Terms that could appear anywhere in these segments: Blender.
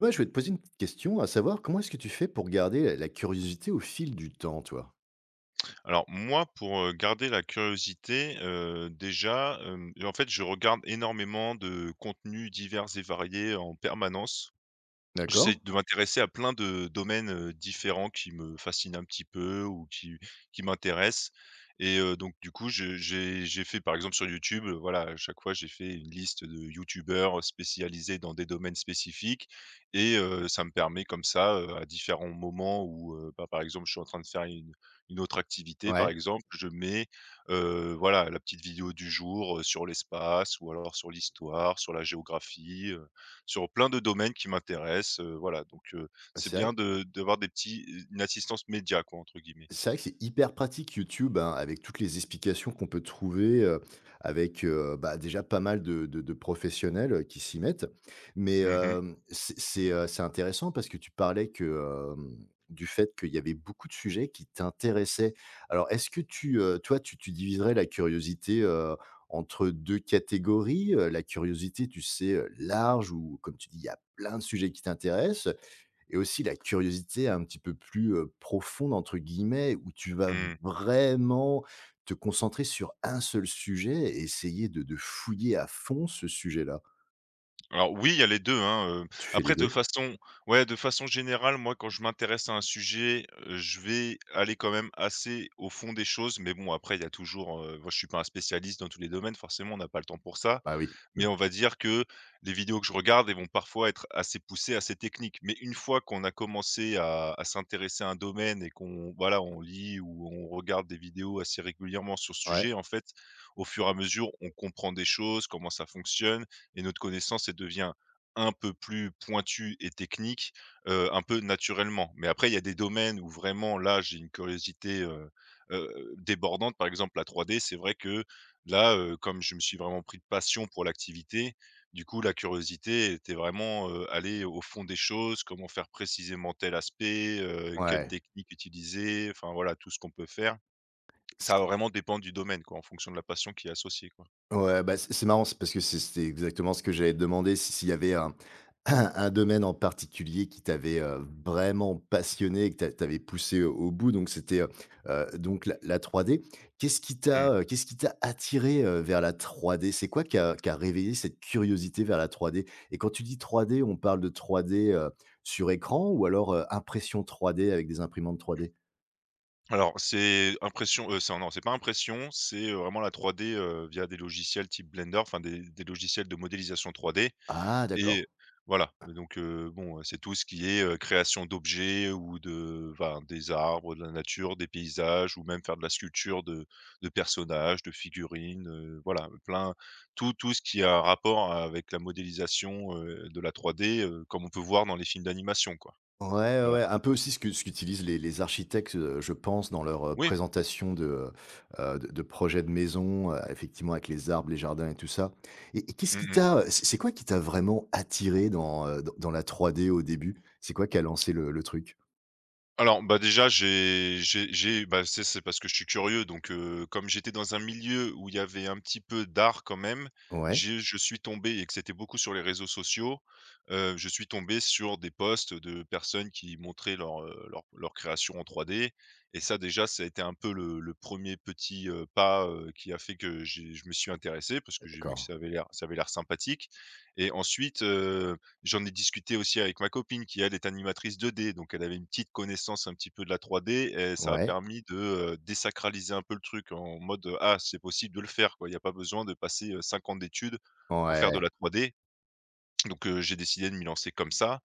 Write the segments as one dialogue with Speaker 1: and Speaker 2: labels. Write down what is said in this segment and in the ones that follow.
Speaker 1: Ouais, je vais te poser une petite question, à savoir comment est-ce que tu fais pour garder la curiosité au fil du temps, toi?
Speaker 2: Alors moi, pour, garder la curiosité, déjà, en fait, je regarde énormément de contenus divers et variés en permanence. J'essaie
Speaker 1: D'accord.
Speaker 2: de m'intéresser à plein de domaines, différents qui me fascinent un petit peu ou qui m'intéressent. Et donc du coup, je j'ai fait par exemple sur YouTube, voilà, à chaque fois, j'ai fait une liste de youtubeurs spécialisés dans des domaines spécifiques. Et ça me permet comme ça, à différents moments où, bah, par exemple, je suis en train de faire une autre activité. Par
Speaker 1: Ouais,
Speaker 2: exemple, je mets, voilà, la petite vidéo du jour, sur l'espace ou alors sur l'histoire, sur la géographie, sur plein de domaines qui m'intéressent, voilà, donc
Speaker 1: bah,
Speaker 2: c'est
Speaker 1: c'est vrai
Speaker 2: bien de d'avoir des petits une «assistance média», quoi, entre guillemets.
Speaker 1: C'est vrai que c'est hyper pratique YouTube, hein, avec toutes les explications qu'on peut trouver, avec, déjà pas mal de professionnels, qui s'y mettent. Mais,
Speaker 2: Mmh mh,
Speaker 1: c'est intéressant parce que tu parlais que, du fait qu'il y avait beaucoup de sujets qui t'intéressaient. Alors est-ce que toi, tu diviserais la curiosité, entre 2 catégories? La curiosité, tu sais, large où, comme tu dis, il y a plein de sujets qui t'intéressent et aussi la curiosité un petit peu plus, «profonde» entre guillemets, où tu vas
Speaker 2: mmh.
Speaker 1: vraiment te concentrer sur un seul sujet et essayer de fouiller à fond ce sujet-là.
Speaker 2: Alors oui, il y a les deux, hein,
Speaker 1: Tu fais les
Speaker 2: après, de
Speaker 1: deux.
Speaker 2: façon ouais, de façon générale, moi quand je m'intéresse à un sujet, je vais aller quand même assez au fond des choses. Mais bon, après, il y a toujours, moi je suis pas un spécialiste dans tous les domaines, forcément on n'a pas le temps pour ça.
Speaker 1: Bah oui. Mmh.
Speaker 2: Mais on va dire que les vidéos que je regarde, elles vont parfois être assez poussées, assez techniques. Mais une fois qu'on a commencé à s'intéresser à un domaine et qu'on, voilà, on lit ou on regarde des vidéos assez régulièrement sur ce
Speaker 1: Ouais,
Speaker 2: sujet, en fait, au fur et à mesure, on comprend des choses, comment ça fonctionne, et notre connaissance, elle devient un peu plus pointue et technique, un peu naturellement. Mais après, il y a des domaines où vraiment là, j'ai une curiosité débordante. Par exemple, la 3D, c'est vrai que, là, comme je me suis vraiment pris de passion pour l'activité, du coup, la curiosité était vraiment, aller au fond des choses, comment faire précisément tel aspect, quelle
Speaker 1: ouais.
Speaker 2: technique utiliser, enfin voilà, tout ce qu'on peut faire. Ça va vraiment dépendre du domaine, quoi, en fonction de la passion qui est associée, quoi.
Speaker 1: Ouais, bah, c'est marrant, c'est parce que c'était exactement ce que j'allais te demander, si s'il y avait un un domaine en particulier qui t'avait, vraiment passionné et que t'avais poussé au bout, donc c'était, donc la 3D.
Speaker 2: Mmh.
Speaker 1: Qu'est-ce qui t'a attiré, vers la trois d? C'est quoi qui a réveillé cette curiosité vers la trois d? Et quand tu dis trois d, on parle de trois d, sur écran ou alors, impression trois d avec des imprimantes trois d?
Speaker 2: Alors c'est impression, c'est non, c'est pas impression, c'est, vraiment la 3D, via des logiciels type Blender, enfin des logiciels de modélisation 3D.
Speaker 1: Ah d'accord.
Speaker 2: Et voilà, donc bon, c'est tout ce qui est, création d'objets ou de enfin, des arbres, de la nature, des paysages, ou même faire de la sculpture de personnages, de figurines, voilà, plein tout tout ce qui a rapport avec la modélisation, de la 3D, comme on peut voir dans les films d'animation, quoi.
Speaker 1: Ouais, ouais,
Speaker 2: Voilà.
Speaker 1: ouais, un peu aussi ce qu'utilisent les architectes, je pense, dans leur,
Speaker 2: Oui.
Speaker 1: présentation de projets de maison, effectivement avec les arbres, les jardins et tout ça. Et
Speaker 2: Mmh.
Speaker 1: c'est quoi qui t'a vraiment attiré dans, dans la 3D au début? C'est quoi qui a lancé le truc?
Speaker 2: Alors, bah, déjà, j'ai bah, c'est parce que je suis curieux, donc comme j'étais dans un milieu où il y avait un petit peu d'art quand même,
Speaker 1: Ouais,
Speaker 2: j'ai je suis tombé, et que c'était beaucoup sur les réseaux sociaux, je suis tombé sur des posts de personnes qui montraient leur, leur création en 3D. Et ça déjà, ça a été un peu le 1 petit, pas, qui a fait que j'ai je me suis intéressé, parce que j'ai vu que
Speaker 1: d'accord.
Speaker 2: ça avait l'air sympathique. Et ensuite, j'en ai discuté aussi avec ma copine qui, elle, est animatrice 2D, donc elle avait une petite connaissance, un petit peu, de la 3D, et ça a
Speaker 1: Ouais,
Speaker 2: permis de, désacraliser un peu le truc en mode: «Ah, c'est possible de le faire, quoi». Il n'y a pas besoin de passer, 5 ans d'études pour faire de
Speaker 1: ouais,
Speaker 2: la 3D. Donc, j'ai décidé de m'y lancer comme ça.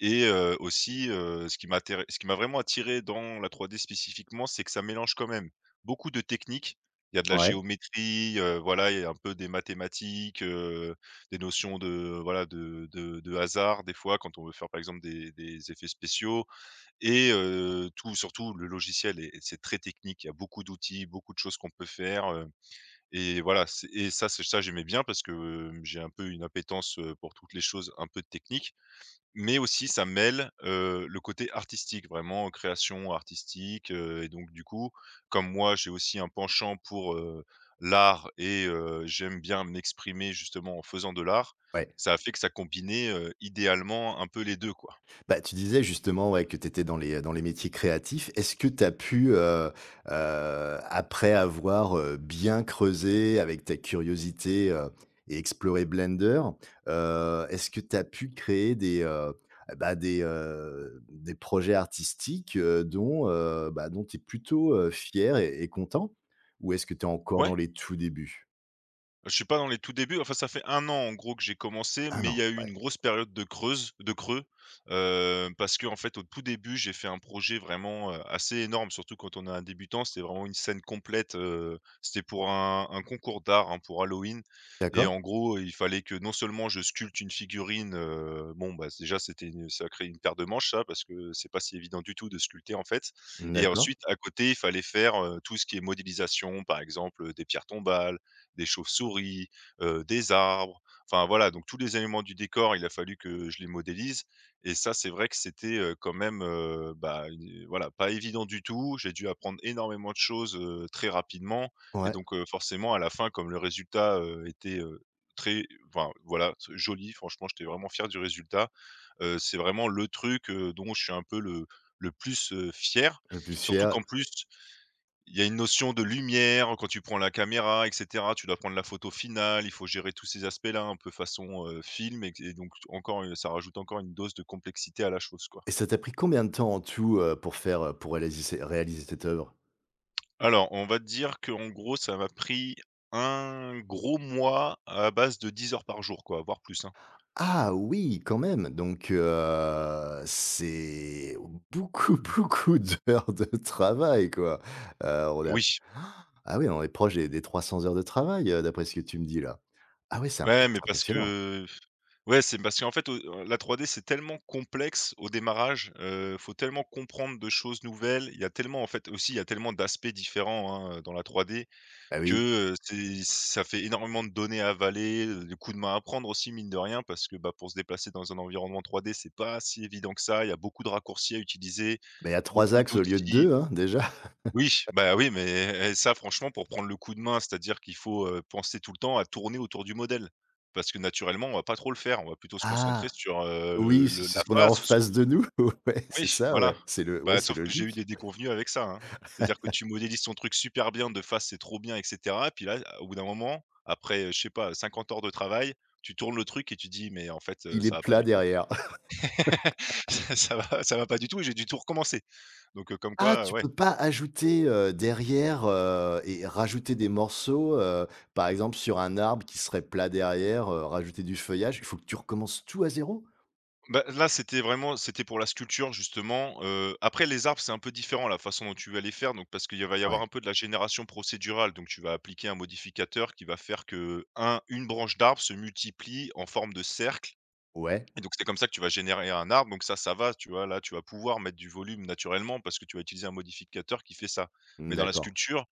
Speaker 2: Et aussi, ce qui m'a attiré, ce qui m'a vraiment attiré dans la 3D spécifiquement, c'est que ça mélange quand même beaucoup de techniques. Il y a de la
Speaker 1: ouais,
Speaker 2: géométrie, voilà, il y a un peu des mathématiques, des notions de, voilà, de hasard, des fois, quand on veut faire par exemple des effets spéciaux. Et tout surtout, le logiciel est c'est très technique. Il y a beaucoup d'outils, beaucoup de choses qu'on peut faire, et voilà. c'est et ça c'est ça, j'aimais bien, parce que, j'ai un peu une appétence, pour toutes les choses un peu techniques. Mais aussi ça mêle, le côté artistique, vraiment, création artistique, et donc du coup, comme moi j'ai aussi un penchant pour, l'art, et j'aime bien m'exprimer justement en faisant de l'art.
Speaker 1: ouais.
Speaker 2: Ça a fait que ça combinait, idéalement un peu les 2, quoi.
Speaker 1: Bah, tu disais justement, ouais, que tu étais dans les métiers créatifs. Est-ce que tu as pu, après avoir, bien creusé avec ta curiosité, et explorer Blender, est-ce que tu as pu créer des projets artistiques, dont tu es plutôt, fier et content? Ou est-ce que tu es encore dans
Speaker 2: Ouais,
Speaker 1: les tout débuts?
Speaker 2: je suis pas dans les tout débuts, enfin ça fait un an en gros que j'ai commencé,
Speaker 1: Ah
Speaker 2: mais il
Speaker 1: non,
Speaker 2: y a eu
Speaker 1: ouais.
Speaker 2: une grosse période de creux, parce que en fait au tout début, j'ai fait un projet vraiment, assez énorme, surtout quand on est un débutant. C'était vraiment une scène complète, c'était pour un concours d'art, hein, pour Halloween. Et
Speaker 1: D'accord,
Speaker 2: en gros, il fallait que non seulement je sculpte une figurine, bon, bah, déjà c'était une ça crée une paire de manches, ça, parce que c'est pas si évident du tout de sculpter, en fait. Et
Speaker 1: d'accord.
Speaker 2: ensuite à côté, il fallait faire, tout ce qui est modélisation, par exemple des pierres tombales, des chauves-souris, des arbres, enfin voilà, donc tous les éléments du décor, il a fallu que je les modélise. Et ça, c'est vrai que c'était, quand même, bah, une voilà, pas évident du tout. J'ai dû apprendre énormément de choses, très rapidement. Et
Speaker 1: Ouais,
Speaker 2: donc forcément à la fin, comme le résultat, était, très enfin voilà, joli, franchement, j'étais vraiment fier du résultat. C'est vraiment le truc, dont je suis un peu le plus, fier.
Speaker 1: le plus
Speaker 2: Surtout
Speaker 1: fier.
Speaker 2: qu'en plus il y a une notion de lumière quand tu prends la caméra, et cetera. Tu dois prendre la photo finale, il faut gérer tous ces aspects-là un peu façon, film, et donc encore, ça rajoute encore une dose de complexité à la chose, quoi.
Speaker 1: Et ça t'a pris combien de temps en tout, pour réaliser c réaliser cette œuvre?
Speaker 2: Alors, on va te dire que, en gros, ça m'a pris un gros mois à base de 10 heures par jour, quoi, voire plus, hein.
Speaker 1: Ah oui, quand même, donc c'est beaucoup, beaucoup d'heures de travail, quoi. On a
Speaker 2: Oui,
Speaker 1: ah oui, on est proche des 300 heures de travail, d'après ce que tu me dis là. Ah oui, c'est
Speaker 2: ouais, mais parce
Speaker 1: impressionnant.
Speaker 2: que ouais, c'est parce qu'en fait, la 3D, c'est tellement complexe au démarrage, faut tellement comprendre de choses nouvelles. Il y a tellement, en fait, aussi, il y a tellement d'aspects différents, hein, dans la 3D.
Speaker 1: Ah
Speaker 2: Que,
Speaker 1: oui,
Speaker 2: c'est ça fait énormément de données à avaler, de coups de main à prendre aussi, mine de rien, parce que, bah, pour se déplacer dans un environnement 3D, c'est pas si évident que ça. Il y a beaucoup de raccourcis à utiliser,
Speaker 1: mais à trois
Speaker 2: beaucoup
Speaker 1: axes au lieu de
Speaker 2: d'outils.
Speaker 1: 2, hein, déjà.
Speaker 2: Oui, bah, oui, et ça franchement, pour prendre le coup de main, c'est-à-dire qu'il faut, penser tout le temps à tourner autour du modèle. Parce que naturellement, on va pas trop le faire, on va plutôt se concentrer
Speaker 1: Ah
Speaker 2: sur,
Speaker 1: oui, c'est
Speaker 2: le
Speaker 1: c'est
Speaker 2: la
Speaker 1: ce qu'on a en
Speaker 2: face, sur
Speaker 1: face de nous. Ouais, c'est
Speaker 2: oui,
Speaker 1: ça, ouais,
Speaker 2: voilà.
Speaker 1: c'est le ouais,
Speaker 2: Bah,
Speaker 1: c'est
Speaker 2: sauf que j'ai eu
Speaker 1: logique.
Speaker 2: des déconvenues avec ça, hein. C'est-à-dire que tu modélises ton truc super bien, de face, c'est trop bien et cetera, et puis là, au bout d'un moment, après, je sais pas, 50 heures de travail, tu tournes le truc et tu dis: «Mais en fait,
Speaker 1: Il est
Speaker 2: ça va pas
Speaker 1: plat
Speaker 2: du tout.
Speaker 1: derrière.
Speaker 2: Ça va pas du tout» et j'ai dû tout recommencer. Donc comme
Speaker 1: Ah,
Speaker 2: quoi,
Speaker 1: tu
Speaker 2: ouais.
Speaker 1: peux pas ajouter, derrière, et rajouter des morceaux, par exemple sur un arbre qui serait plat derrière, rajouter du feuillage? Il faut que tu recommences tout à zéro.
Speaker 2: Bah, là, c'était vraiment c'était pour la sculpture, justement, après les arbres, c'est un peu différent la façon dont tu vas les faire, donc, parce qu'il va y
Speaker 1: Ouais.
Speaker 2: avoir un peu de la génération procédurale, donc tu vas appliquer un modificateur qui va faire que un une branche d'arbre se multiplie en forme de cercle.
Speaker 1: Ouais.
Speaker 2: Et donc c'est comme ça que tu vas générer un arbre, donc ça va, tu vois? Là, tu vas pouvoir mettre du volume naturellement parce que tu vas utiliser un modificateur qui fait ça.
Speaker 1: Mmh,
Speaker 2: Mais dans la
Speaker 1: d'accord.
Speaker 2: sculpture,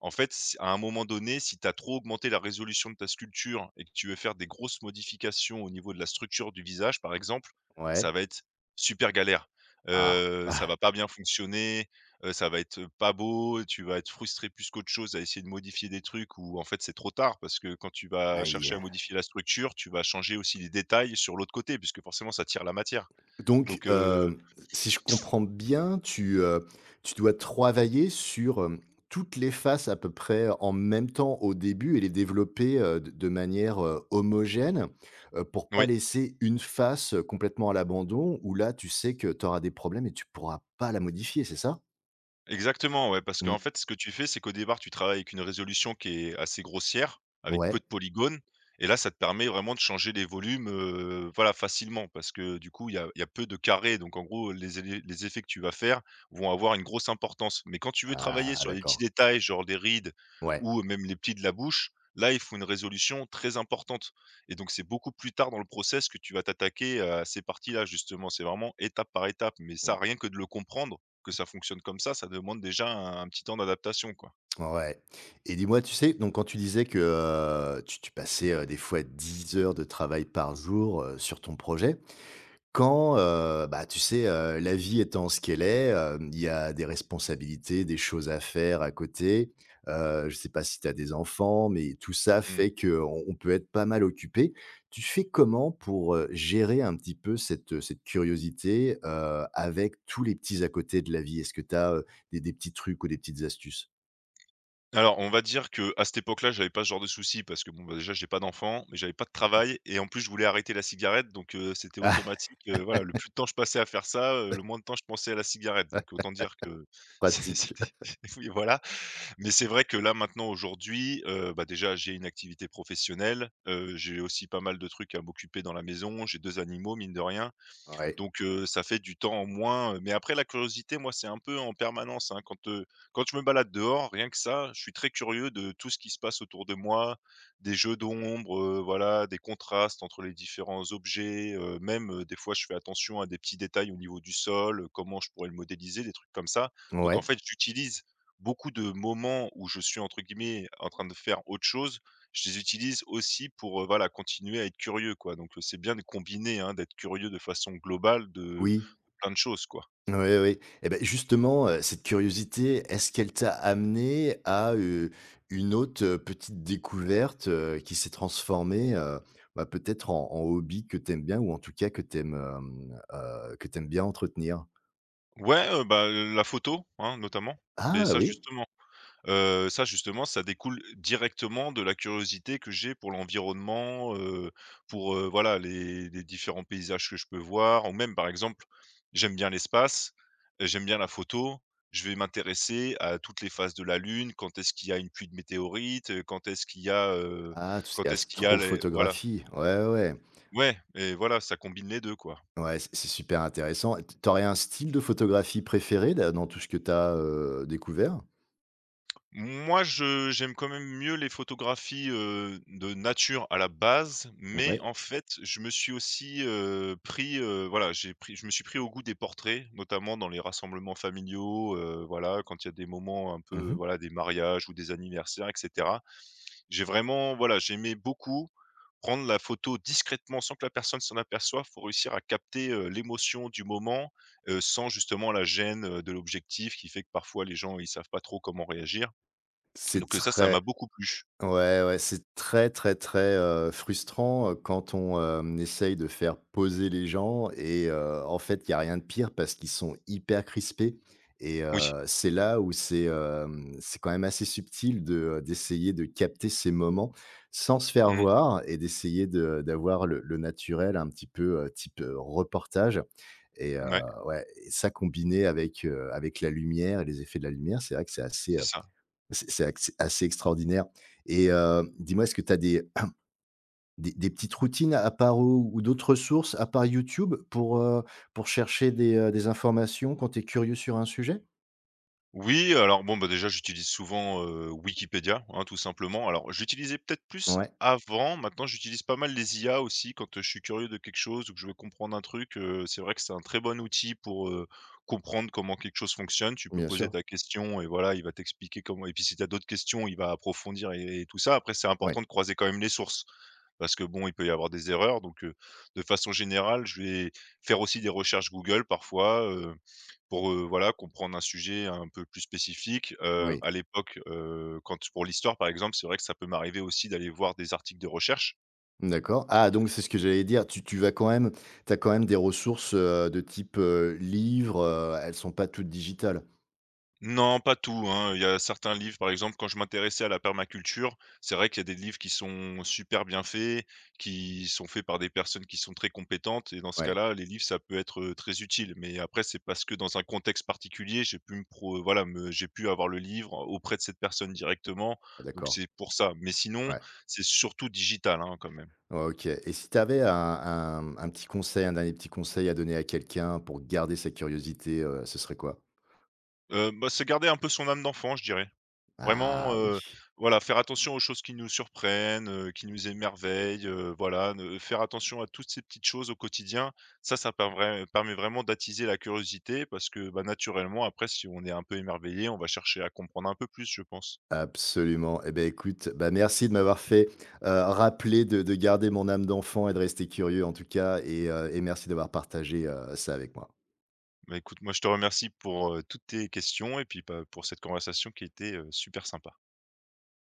Speaker 2: en fait, si à un moment donné, si tu as trop augmenté la résolution de ta sculpture et que tu veux faire des grosses modifications au niveau de la structure du visage, par exemple,
Speaker 1: Ouais.
Speaker 2: ça va être super galère.
Speaker 1: Ah!
Speaker 2: Ça
Speaker 1: Ah.
Speaker 2: va pas bien fonctionner, ça va être pas beau, tu vas être frustré plus qu'autre chose à essayer de modifier des trucs où en fait c'est trop tard parce que quand tu vas chercher
Speaker 1: Aïe!
Speaker 2: à modifier la structure, tu vas changer aussi les détails sur l'autre côté puisque forcément ça tire la matière.
Speaker 1: Donc,
Speaker 2: Donc
Speaker 1: si je comprends bien, tu dois travailler sur, toutes les faces à peu près en même temps au début et les développer, de manière, homogène, pour pas
Speaker 2: oui.
Speaker 1: laisser une face, complètement à l'abandon où là, tu sais que tu auras des problèmes et tu pourras pas la modifier, c'est ça?
Speaker 2: Exactement, ouais, parce
Speaker 1: Mmh.
Speaker 2: qu'en fait, ce que tu fais, c'est qu'au départ, tu travailles avec une résolution qui est assez grossière, avec peu
Speaker 1: Ouais.
Speaker 2: de polygones, et là, ça te permet vraiment de changer les volumes, voilà, facilement parce que du coup, il y a peu de carrés, donc en gros, les effets que tu vas faire vont avoir une grosse importance. Mais quand tu veux travailler
Speaker 1: Ah
Speaker 2: sur les petits
Speaker 1: d'accord.
Speaker 2: détails, genre des rides
Speaker 1: Ouais.
Speaker 2: ou même les plis de la bouche, là, il faut une résolution très importante et donc c'est beaucoup plus tard dans le process que tu vas t'attaquer à ces parties-là, justement. C'est vraiment étape par étape, mais
Speaker 1: Mmh.
Speaker 2: ça, rien que de le comprendre que ça fonctionne comme ça demande déjà un petit temps d'adaptation, quoi.
Speaker 1: Ouais et dis-moi, tu sais, donc quand tu disais que, tu passais, des fois 10 heures de travail par jour, sur ton projet. Quand, tu sais, la vie étant ce qu'elle est, il y a des responsabilités, des choses à faire à côté. Je ne sais pas si tu as des enfants, mais tout ça
Speaker 2: Mmh.
Speaker 1: fait qu'on peut être pas mal occupé. Tu fais comment pour, gérer un petit peu cette curiosité, avec tous les petits à côté de la vie? Est-ce que tu as des petits trucs ou des petites astuces?
Speaker 2: Alors, on va dire que à cette époque-là, j'avais pas ce genre de souci parce que, bon, bah, déjà, j'ai pas d'enfant, mais j'avais pas de travail et en plus, je voulais arrêter la cigarette donc c'était automatique, voilà, le plus de temps je passais à faire ça, le moins de temps je pensais à la cigarette donc
Speaker 1: Ah,
Speaker 2: autant dire que
Speaker 1: pratique.
Speaker 2: c'était oui, voilà. Mais c'est vrai que là, maintenant, aujourd'hui, bah, déjà, j'ai une activité professionnelle, j'ai aussi pas mal de trucs à m'occuper dans la maison, j'ai 2 animaux, mine de rien
Speaker 1: Ouais.
Speaker 2: donc ça fait du temps en moins, mais après la curiosité, moi, c'est un peu en permanence, hein. Quand je me balade dehors, rien que ça, je suis très curieux de tout ce qui se passe autour de moi, des jeux d'ombre, voilà, des contrastes entre les différents objets, même, des fois, je fais attention à des petits détails au niveau du sol, comment je pourrais le modéliser, des trucs comme ça. Donc en
Speaker 1: Ouais.
Speaker 2: fait, j'utilise beaucoup de moments où je suis entre guillemets «en train de faire autre chose». Je les utilise aussi pour, voilà, continuer à être curieux, quoi, donc c'est bien de combiner, hein, d'être curieux de façon globale de
Speaker 1: Oui.
Speaker 2: de plein de choses, quoi.
Speaker 1: Oui, oui. Et ben justement, cette curiosité, est-ce qu'elle t'a amené à, une autre, petite découverte, qui s'est transformée, peut-être en hobby que t'aimes bien ou en tout cas que t'aimes bien entretenir?
Speaker 2: Ouais, bah, la photo, hein, notamment, mais
Speaker 1: Ah
Speaker 2: ça,
Speaker 1: oui!
Speaker 2: justement. Ça justement, ça découle directement de la curiosité que j'ai pour l'environnement, pour, voilà les différents paysages que je peux voir ou même par exemple, j'aime bien l'espace, j'aime bien la photo, je vais m'intéresser à toutes les phases de la Lune, quand est-ce qu'il y a une pluie de météorites,
Speaker 1: Ah, tout ce qui
Speaker 2: quand
Speaker 1: est
Speaker 2: est-ce qu'il y a les voilà.
Speaker 1: astrophotographie. Ouais, ouais.
Speaker 2: Ouais et voilà, ça combine les 2 quoi.
Speaker 1: Ouais, c'est super intéressant. Et t tu un style de photographie préféré da dans tout ce que t'as as découvert?
Speaker 2: Moi, je j'aime quand même mieux les photographies, de nature à la base, mais
Speaker 1: Ouais.
Speaker 2: en fait, je me suis aussi, pris, voilà, j'ai pris je me suis pris au goût des portraits, notamment dans les rassemblements familiaux, voilà, quand il y a des moments un peu,
Speaker 1: Mmh.
Speaker 2: voilà, des mariages ou des anniversaires et cetera. J'ai vraiment, voilà, j'aimais beaucoup prendre la photo discrètement sans que la personne s'en aperçoive pour réussir à capter, l'émotion du moment, sans justement la gêne, de l'objectif qui fait que parfois les gens, ils savent pas trop comment réagir.
Speaker 1: C'est
Speaker 2: Donc ça, ça
Speaker 1: très
Speaker 2: m'a beaucoup plu.
Speaker 1: Ouais, ouais, c'est très, très, très, frustrant, quand on, essaye de faire poser les gens et en fait, il y a rien de pire parce qu'ils sont hyper crispés et
Speaker 2: Oui.
Speaker 1: c'est là où c'est, quand même assez subtil d'essayer de capter ces moments sans se faire
Speaker 2: Mmh,
Speaker 1: voir et d'essayer de d'avoir le naturel un petit peu, type, reportage et
Speaker 2: ouais,
Speaker 1: ouais et ça combiné avec la lumière et les effets de la lumière, c'est vrai que
Speaker 2: c'est ça.
Speaker 1: c'est ac assez extraordinaire. Et dis-moi, est-ce que tu as des petites routines à part ou d'autres ressources à part YouTube pour, chercher des informations quand tu es curieux sur un sujet?
Speaker 2: Oui, alors bon, bah, déjà, j'utilise souvent, Wikipédia, hein, tout simplement. Alors, j'utilisais peut-être plus
Speaker 1: Ouais,
Speaker 2: avant, maintenant j'utilise pas mal les IA aussi quand, je suis curieux de quelque chose ou que je veux comprendre un truc, c'est vrai que c'est un très bon outil pour, comprendre comment quelque chose fonctionne. Tu peux
Speaker 1: bien
Speaker 2: poser
Speaker 1: sûr.
Speaker 2: ta question et voilà, il va t'expliquer comment et puis si tu as d'autres questions, il va approfondir et tout ça. Après, c'est
Speaker 1: Ouais,
Speaker 2: important de croiser quand même les sources, parce que bon, il peut y avoir des erreurs. Donc, de façon générale, je vais faire aussi des recherches Google parfois, pour, voilà, comprendre un sujet un peu plus spécifique.
Speaker 1: oui,
Speaker 2: À l'époque, quand pour l'histoire, par exemple, c'est vrai que ça peut m'arriver aussi d'aller voir des articles de recherche.
Speaker 1: d'accord. Ah donc c'est ce que j'allais dire, tu tu vas quand même tu as quand même des ressources, de type, livres, elles sont pas toutes digitales?
Speaker 2: Non, pas tout, hein. Il y a certains livres, par exemple, quand je m'intéressais à la permaculture, c'est vrai qu'il y a des livres qui sont super bien faits, qui sont faits par des personnes qui sont très compétentes et dans ce
Speaker 1: Ouais,
Speaker 2: cas-là, les livres, ça peut être, très utile. Mais après, c'est parce que dans un contexte particulier, j'ai pu me pro voilà, me j'ai pu avoir le livre auprès de cette personne directement,
Speaker 1: ah
Speaker 2: donc
Speaker 1: d'accord.
Speaker 2: c'est pour ça. Mais sinon,
Speaker 1: Ouais,
Speaker 2: c'est surtout digital, hein, quand même.
Speaker 1: ouais, OK et si tu avais un petit conseil, un dernier petit conseil à donner à quelqu'un pour garder sa curiosité, ce serait quoi?
Speaker 2: Bah, c'est garder un peu son âme d'enfant, je dirais. Vraiment,
Speaker 1: Ah oui,
Speaker 2: voilà, faire attention aux choses qui nous surprennent, qui nous émerveillent, voilà, ne faire attention à toutes ces petites choses au quotidien. Ça, permet vraiment d'attiser la curiosité parce que, bah, naturellement, après, si on est un peu émerveillé, on va chercher à comprendre un peu plus, je pense.
Speaker 1: absolument. Eh ben écoute, bah, merci de m'avoir fait, rappeler de garder mon âme d'enfant et de rester curieux en tout cas et merci d'avoir partagé, ça avec moi.
Speaker 2: Bah, écoute, moi, je te remercie pour, toutes tes questions et puis, bah, pour cette conversation qui était, super sympa.